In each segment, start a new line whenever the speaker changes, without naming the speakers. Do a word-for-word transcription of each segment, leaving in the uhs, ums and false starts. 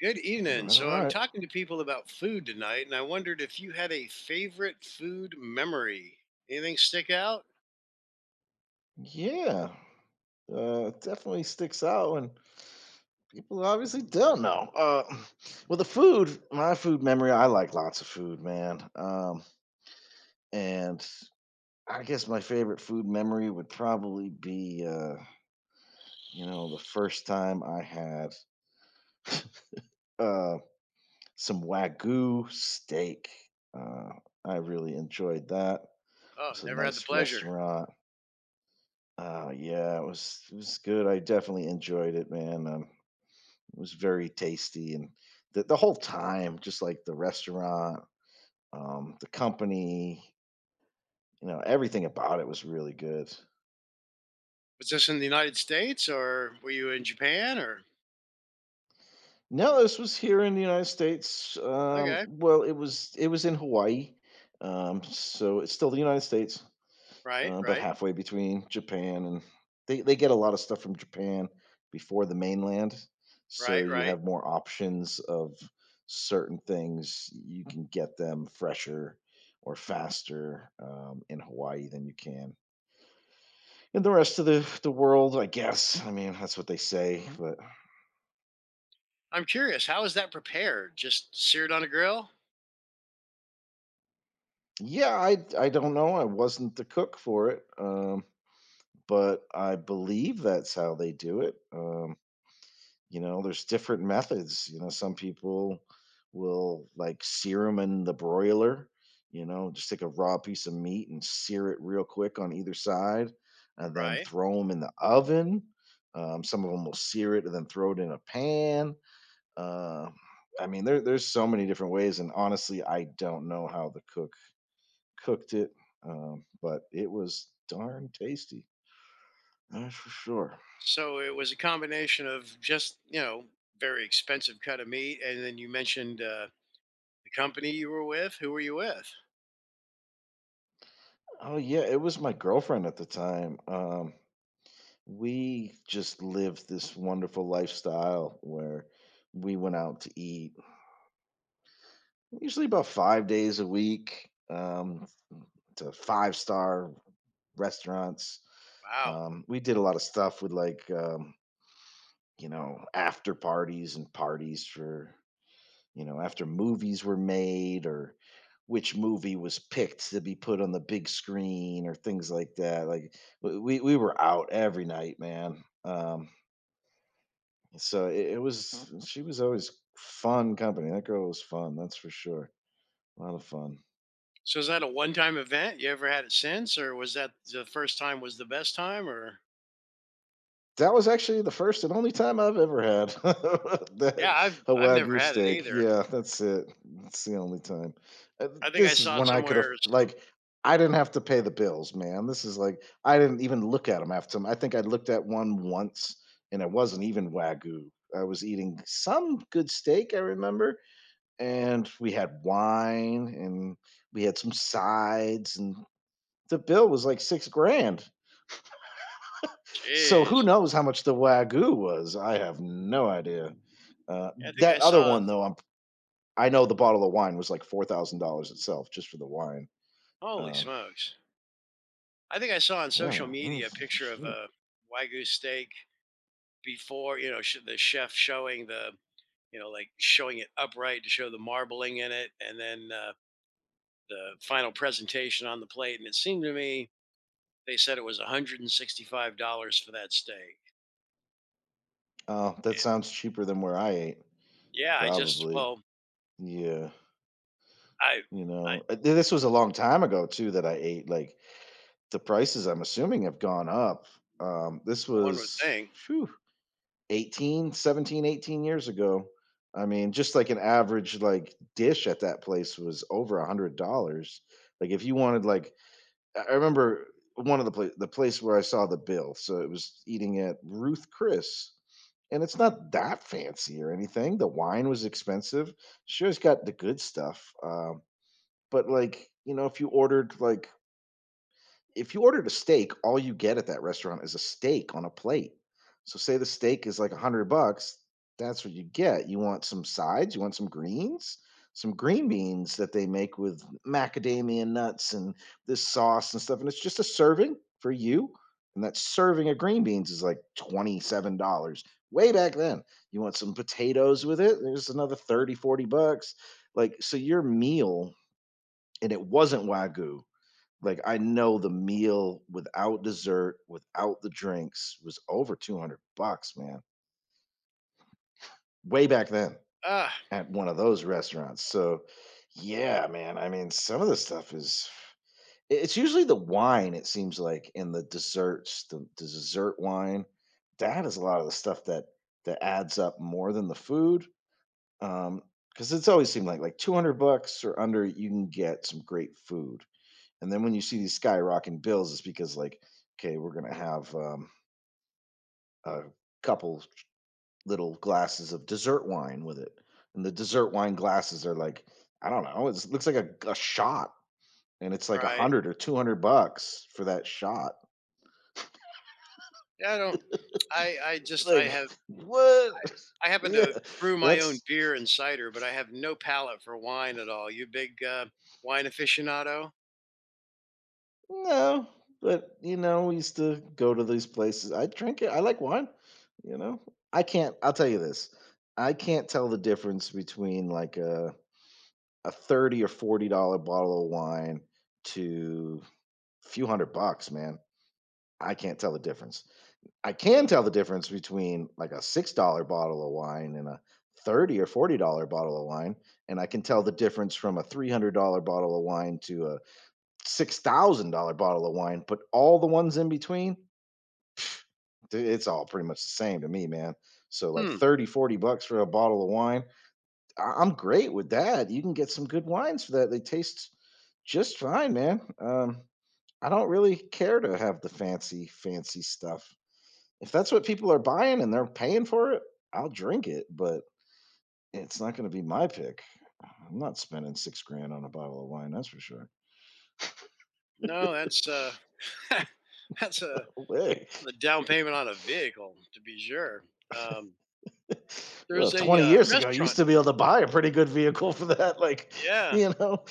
Good
All
evening.
right, all
So I'm
right.
talking to people about food tonight, and I wondered if you had a favorite food memory. Anything stick out?
Yeah, uh, definitely sticks out, and people obviously don't know. Uh, well, the food, my food memory, I like lots of food, man. Um, and I guess my favorite food memory would probably be, uh, you know, the first time I had uh, some Wagyu steak. Uh, I really enjoyed that.
Oh,
It was a
never had the
nice
pleasure.
restaurant. Uh, yeah, it was it was good. I definitely enjoyed it, man. Um, It was very tasty, and the the whole time, just like the restaurant, um, the company, you know, everything about it was really good.
Was this in the United States or were you in Japan or
No, this was here in the United States. Um,
okay.
well, it was it was in Hawaii, um, so it's still the United States.
Right,
Uh, but
right,
halfway between Japan and, they they get a lot of stuff from Japan before the mainland, so
right,
you
right.
have more options of certain things. You can get them fresher or faster um, in Hawaii than you can in the rest of the the world, I guess. I mean, that's what they say. But
I'm curious, how is that prepared? Just seared on a grill?
yeah, I I don't know. I wasn't the cook for it. Um, but I believe that's how they do it. Um, You know, there's different methods. You know, some people will, like, sear them in the broiler, you know, just take a raw piece of meat and sear it real quick on either side and then
Right.
throw them in the oven. Um, some of them will sear it and then throw it in a pan. Uh, I mean, there, there's so many different ways. And honestly, I don't know how the cook cooked it, um, but it was darn tasty. That's for sure.
So it was a combination of just, you know, very expensive cut of meat. And then you mentioned uh, the company you were with. Who were you with?
Oh yeah, it was my girlfriend at the time. Um, We just lived this wonderful lifestyle where we went out to eat usually about five days a week, um, to five-star restaurants.
Wow.
Um, we did a lot of stuff with, like, um, you know, after parties and parties for, you know, after movies were made, or which movie was picked to be put on the big screen, or things like that. Like, w we we were out every night, man, um so it, it was she was always fun company. That girl was fun, that's for sure. A lot of fun.
So is that a one-time event? You ever had it since, or was that the first time was the best time? Or
That was actually the first and only time I've ever had
yeah,
that
I've
a
I've never
wagyu
had it
steak.
either.
Yeah, that's it. That's the only time. Uh,
I think I
This is
saw
when I could have,
somewhere. some-
like, I didn't have to pay the bills, man. This is like I didn't even look at them after. I think I looked at one once, and it wasn't even wagyu. I was eating some good steak, I remember, and we had wine and we had some sides, and the bill was like six grand, so who
Jeez.
knows how much the wagyu was? I have no idea. uh,
Yeah, I think I
that other
saw.
one though, I'm, I know the bottle of wine was like four thousand dollars itself, just for the wine.
Holy
um,
smokes! I think I saw on social
yeah,
media a
that's
picture of
cheap.
a wagyu steak before, you know, sh- the chef showing the, you know, like showing it upright to show the marbling in it, and then uh, the final presentation on the plate. And it seemed to me they said it was one hundred sixty-five dollars for that steak.
Oh, that sounds cheaper than where I ate.
Yeah, I just
Probably.
well,
Yeah.
I I
you know Uh, th- this was a long time ago too that I ate, like. The prices, I'm assuming, have gone up. Um, this
one would
was,
think.
phew, eighteen, seventeen, eighteen years ago. I mean, just like an average like dish at that place was over a hundred dollars. Like, if you wanted, like, I I remember one of the pla- the place where I saw the bill. So it was eating at Ruth Chris. And it's not that fancy or anything. The wine was expensive. She always got the good stuff. Um, but, like, you know, if you ordered, like, if you ordered a steak, all you get at that restaurant is a steak on a plate. So say the steak is like one hundred bucks, that's what you get. You want some sides, you want some greens, some green beans that they make with macadamia nuts and this sauce and stuff, and it's just a serving for you, and that serving of green beans is like twenty-seven dollars way back then. You want some potatoes with it, there's another thirty, forty bucks. Like, so your meal, and it wasn't Wagyu. Like, I know the meal without dessert, without the drinks was over two hundred bucks, man, way back then,
Ah,
at one of those restaurants. So, yeah, man, I mean, some of the stuff is, I it's usually the wine, it seems like, and the desserts, the the dessert wine. That is a lot of the stuff that that adds up more than the food. Um, because it's always seemed like, like two hundred bucks or under, you can get some great food. And then when you see these skyrocketing bills, it's because, like, okay, we're gonna have, um, a couple little glasses of dessert wine with it, and the dessert wine glasses are like, I don't know, it's, it looks like a, a shot, and it's like a
right.
hundred or two hundred bucks for that shot.
yeah, I don't I I just I
Like,
have
what?
I happen
Yeah,
to brew my own
that's
beer and cider, but I have no palate for wine at all. You big uh, wine aficionado?
no. But you know, we used to go to these places. I drink it. I like wine. You know, I can't. I'll tell you this. I can't tell the difference between like a a thirty or forty dollars bottle of wine to a few hundred bucks, man. I can't tell the difference. I can tell the difference between like a six dollars bottle of wine and a thirty or forty dollars bottle of wine. And I can tell the difference from a three hundred dollars bottle of wine to a six thousand dollars bottle of wine. But all the ones in between, th- it's all pretty much the same to me, man. So, like,
Hmm.
thirty, forty bucks for a bottle of wine, I- I'm great with that. You can get some good wines for that. They taste just fine, man. Um, I don't really care to have the fancy, fancy stuff. If that's what people are buying and they're paying for it, I'll drink it, but it's not going to be my pick. I'm not spending six grand on a bottle of wine, that's for sure.
No, that's uh that's a,
No way.
a down payment on a vehicle to be sure. Um
Ugh,
there's a
twenty
uh,
years ago, you used
restaurant.
to be able to buy a pretty good vehicle for that. Like,
Yeah.
you know,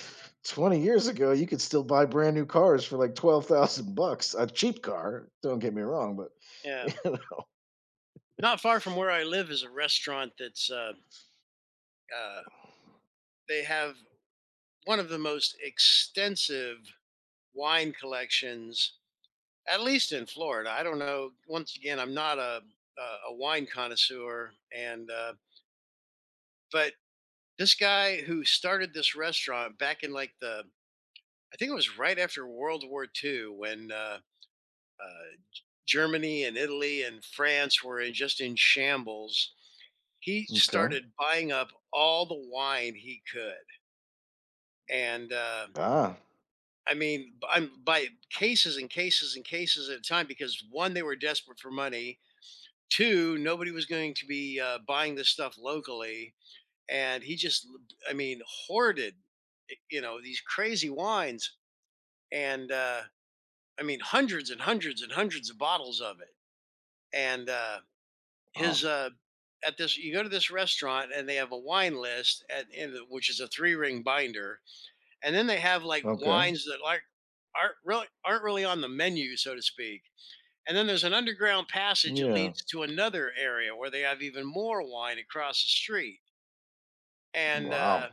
twenty years ago, you could still buy brand new cars for like twelve thousand bucks. A cheap car, don't get me wrong, but
Yeah. Not far from where I live is a restaurant that's uh uh they have one of the most extensive wine collections, at least in Florida. I don't know. Once again, I'm not a a a wine connoisseur, and uh, but this guy who started this restaurant back in like the I think it was right after World War two when uh, uh, Germany and Italy and France were in just in shambles. He
Okay.
started buying up all the wine he could, and uh,
Ah.
I mean, b- I'm by cases and cases and cases at a time because one, they were desperate for money. Two, nobody was going to be uh, buying this stuff locally, and he just, l- I mean, hoarded, y- you know, these crazy wines, and uh, I mean, hundreds and hundreds and hundreds of bottles of it. And uh,
Wow.
his uh, at this, you go to this restaurant and they have a wine list at in the, which is a three ring binder, and then they have like
Okay.
wines that like aren't really aren't really on the menu, so to speak. And then there's an underground passage that
Yeah.
leads to another area where they have even more wine across the street. And
Wow.
uh,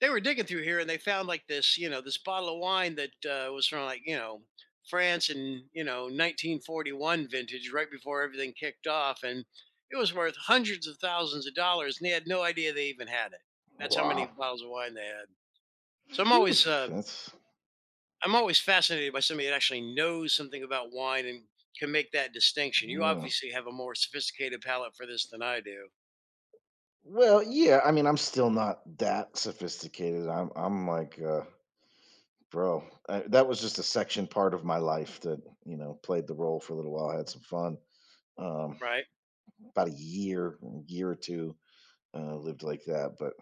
they were digging through here, and they found like this, you know, this bottle of wine that uh, was from, like, you know, France and, you know, nineteen forty-one vintage, right before everything kicked off, and it was worth hundreds of thousands of dollars, and they had no idea they even had it. That's how many
Wow.
bottles of wine they had. So I'm
Phew,
always uh,
that's
I'm always fascinated by somebody that actually knows something about wine and can make that distinction. You
yeah.
obviously have a more sophisticated palate for this than I do,
Well, yeah. I mean, I'm still not that sophisticated. I'm. I'm like, uh, bro. I, that was just a section part of my life that you know played the role for a little while. Had some fun. Um,
right?
about a year, year or two. Uh, lived like that, but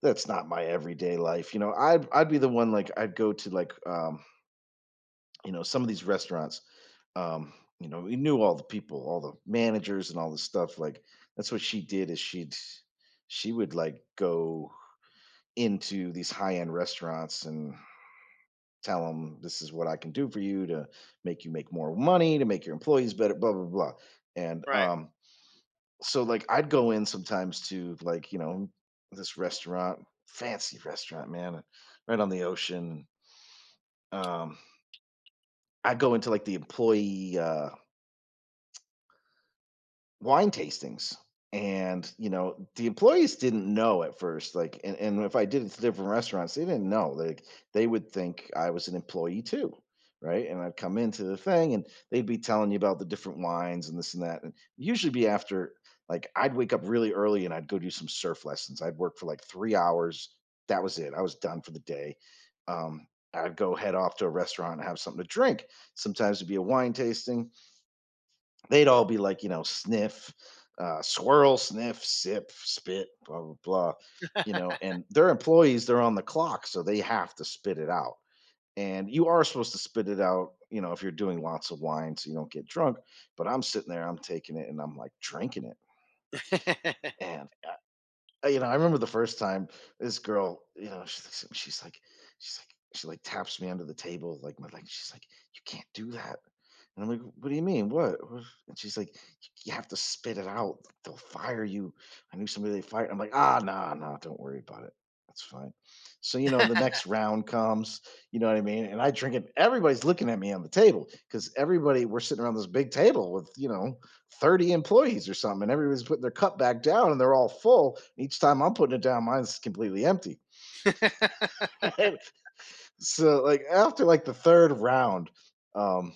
that's not my everyday life. You know, I'd I'd be the one, like I'd go to like, um, you know some of these restaurants. Um, you know, we knew all the people, all the managers and all the stuff. Like, that's what she did, is she'd she would, like, go into these high-end restaurants and tell them, this is what I can do for you to make you make more money, to make your employees better, blah blah blah. And
Right.
um so like I'd go in sometimes to, like, you know, this restaurant, fancy restaurant, man, right on the ocean. Um I'd go into like the employee uh wine tastings, and you know the employees didn't know at first, like, and, and if I did it to different restaurants, they didn't know, like, they would think I was an employee too, right, and I'd come into the thing and they'd be telling you about the different wines and this and that, and usually be after, like, I'd wake up really early and I'd go do some surf lessons, I'd work for like three hours. That was it, I was done for the day. um, I'd go head off to a restaurant and have something to drink. Sometimes it'd be a wine tasting. They'd all be like, you know, sniff, uh, swirl, sniff, sip, spit, blah, blah, blah. You know, and their employees, they're on the clock, so they have to spit it out. And you are supposed to spit it out, you know, if you're doing lots of wine so you don't get drunk. But I'm sitting there, I'm taking it and I'm, like, drinking it. And, I, you know, I remember the first time this girl, you know, she looks at me, she's like, she's like, she like taps me under the table, like my leg. She's like, you can't do that. And I'm like, "What do you mean? What?" What? And she's like, "You have to spit it out. They'll fire you. I knew somebody they fired." I'm like, "Ah, nah, nah, don't worry about it. That's fine." So, you know, the next round comes, you know what I mean? And I drink it. Everybody's looking at me on the table, because everybody, we're sitting around this big table with, you know, thirty employees or something. And everybody's putting their cup back down and they're all full. And each time I'm putting it down, mine's completely empty. So, like, after like the third round, um,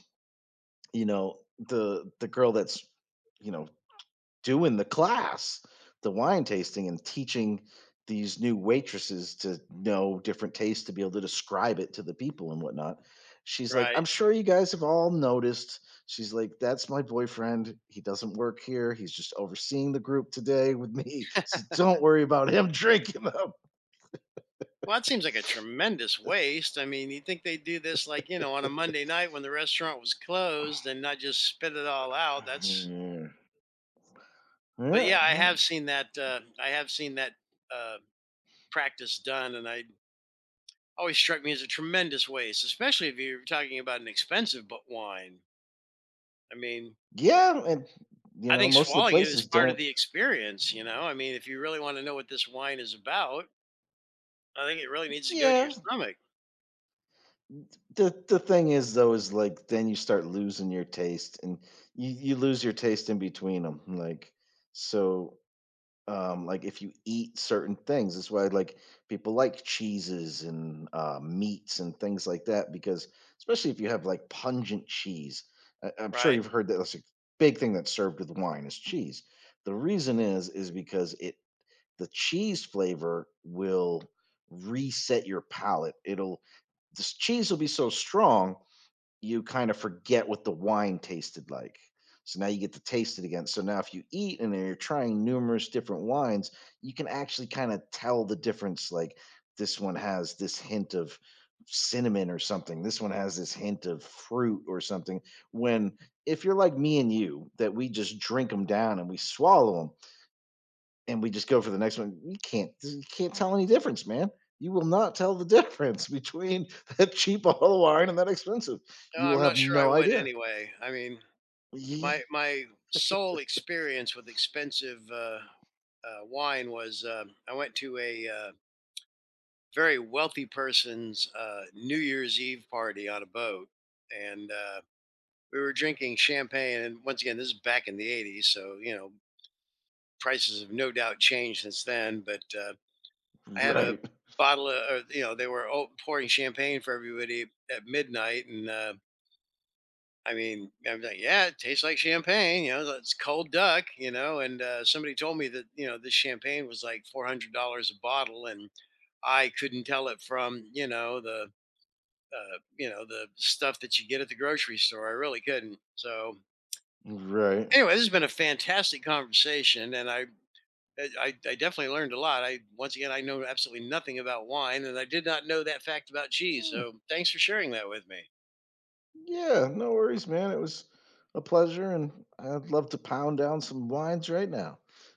you know, the the girl that's, you know, doing the class, the wine tasting and teaching these new waitresses to know different tastes to be able to describe it to the people and whatnot. She's like, I'm
Right.
sure you guys have all noticed. She's like, that's my boyfriend. He doesn't work here. He's just overseeing the group today with me. So don't worry about him drinking them.
Well, that seems like a tremendous waste. I mean, you think they do this like, you know, on a Monday night when the restaurant was closed and not just spit it all out. That's but
Yeah,
yeah, I
yeah,
have seen that uh I have seen that uh practice done, and I always struck me as a tremendous waste, especially if you're talking about an expensive but wine. I mean,
yeah, and you
I
know,
think
most of the
swallowing it is
places
part of
don't.
the experience, you know? I mean, if you really want to know what this wine is about, I think it really needs to go to your
Yeah,
stomach,
the the thing is, though, is like then you start losing your taste, and you you lose your taste in between them, like, so um like if you eat certain things, that's why like people like cheeses and uh meats and things like that, because especially if you have like pungent cheese. I, I'm sure
right?
you've heard that that's a big thing that's served with wine, is cheese. The reason is is because it the cheese flavor will reset your palate. It'll This cheese will be so strong you kind of forget what the wine tasted like. So now you get to taste it again. So now if you eat and you're trying numerous different wines, you can actually kind of tell the difference. Like, this one has this hint of cinnamon or something. This one has this hint of fruit or something. When if you're like me, and you, that we just drink them down and we swallow them, and we just go for the next one. You can't you can't tell any difference, man. You will not tell the difference between that cheap bottle of wine and that expensive.
No,
You will
I'm
have
not sure I
no
would
idea.
anyway. I mean,
Ye-
my my sole experience with expensive uh, uh, wine was um I went to a uh, very wealthy person's uh, New Year's Eve party on a boat, and uh, we were drinking champagne. And once again, this is back in the eighties, so you know prices have no doubt changed since then. But uh, I had a
Right.
bottle of, or, you know, they were o- pouring champagne for everybody at midnight, and uh, I mean, I'm like, yeah, it tastes like champagne, you know, it's cold duck, you know. And uh, somebody told me that you know this champagne was like four hundred dollars a bottle, and I couldn't tell it from you know the uh, you know the stuff that you get at the grocery store. I really couldn't. So
Right.
anyway, this has been a fantastic conversation, and I I, I I definitely learned a lot. I once again I know absolutely nothing about wine, and I did not know that fact about cheese.
Hmm.
So thanks for sharing that with me.
Yeah, no worries, man. It was a pleasure, and I'd love to pound down some wines right now.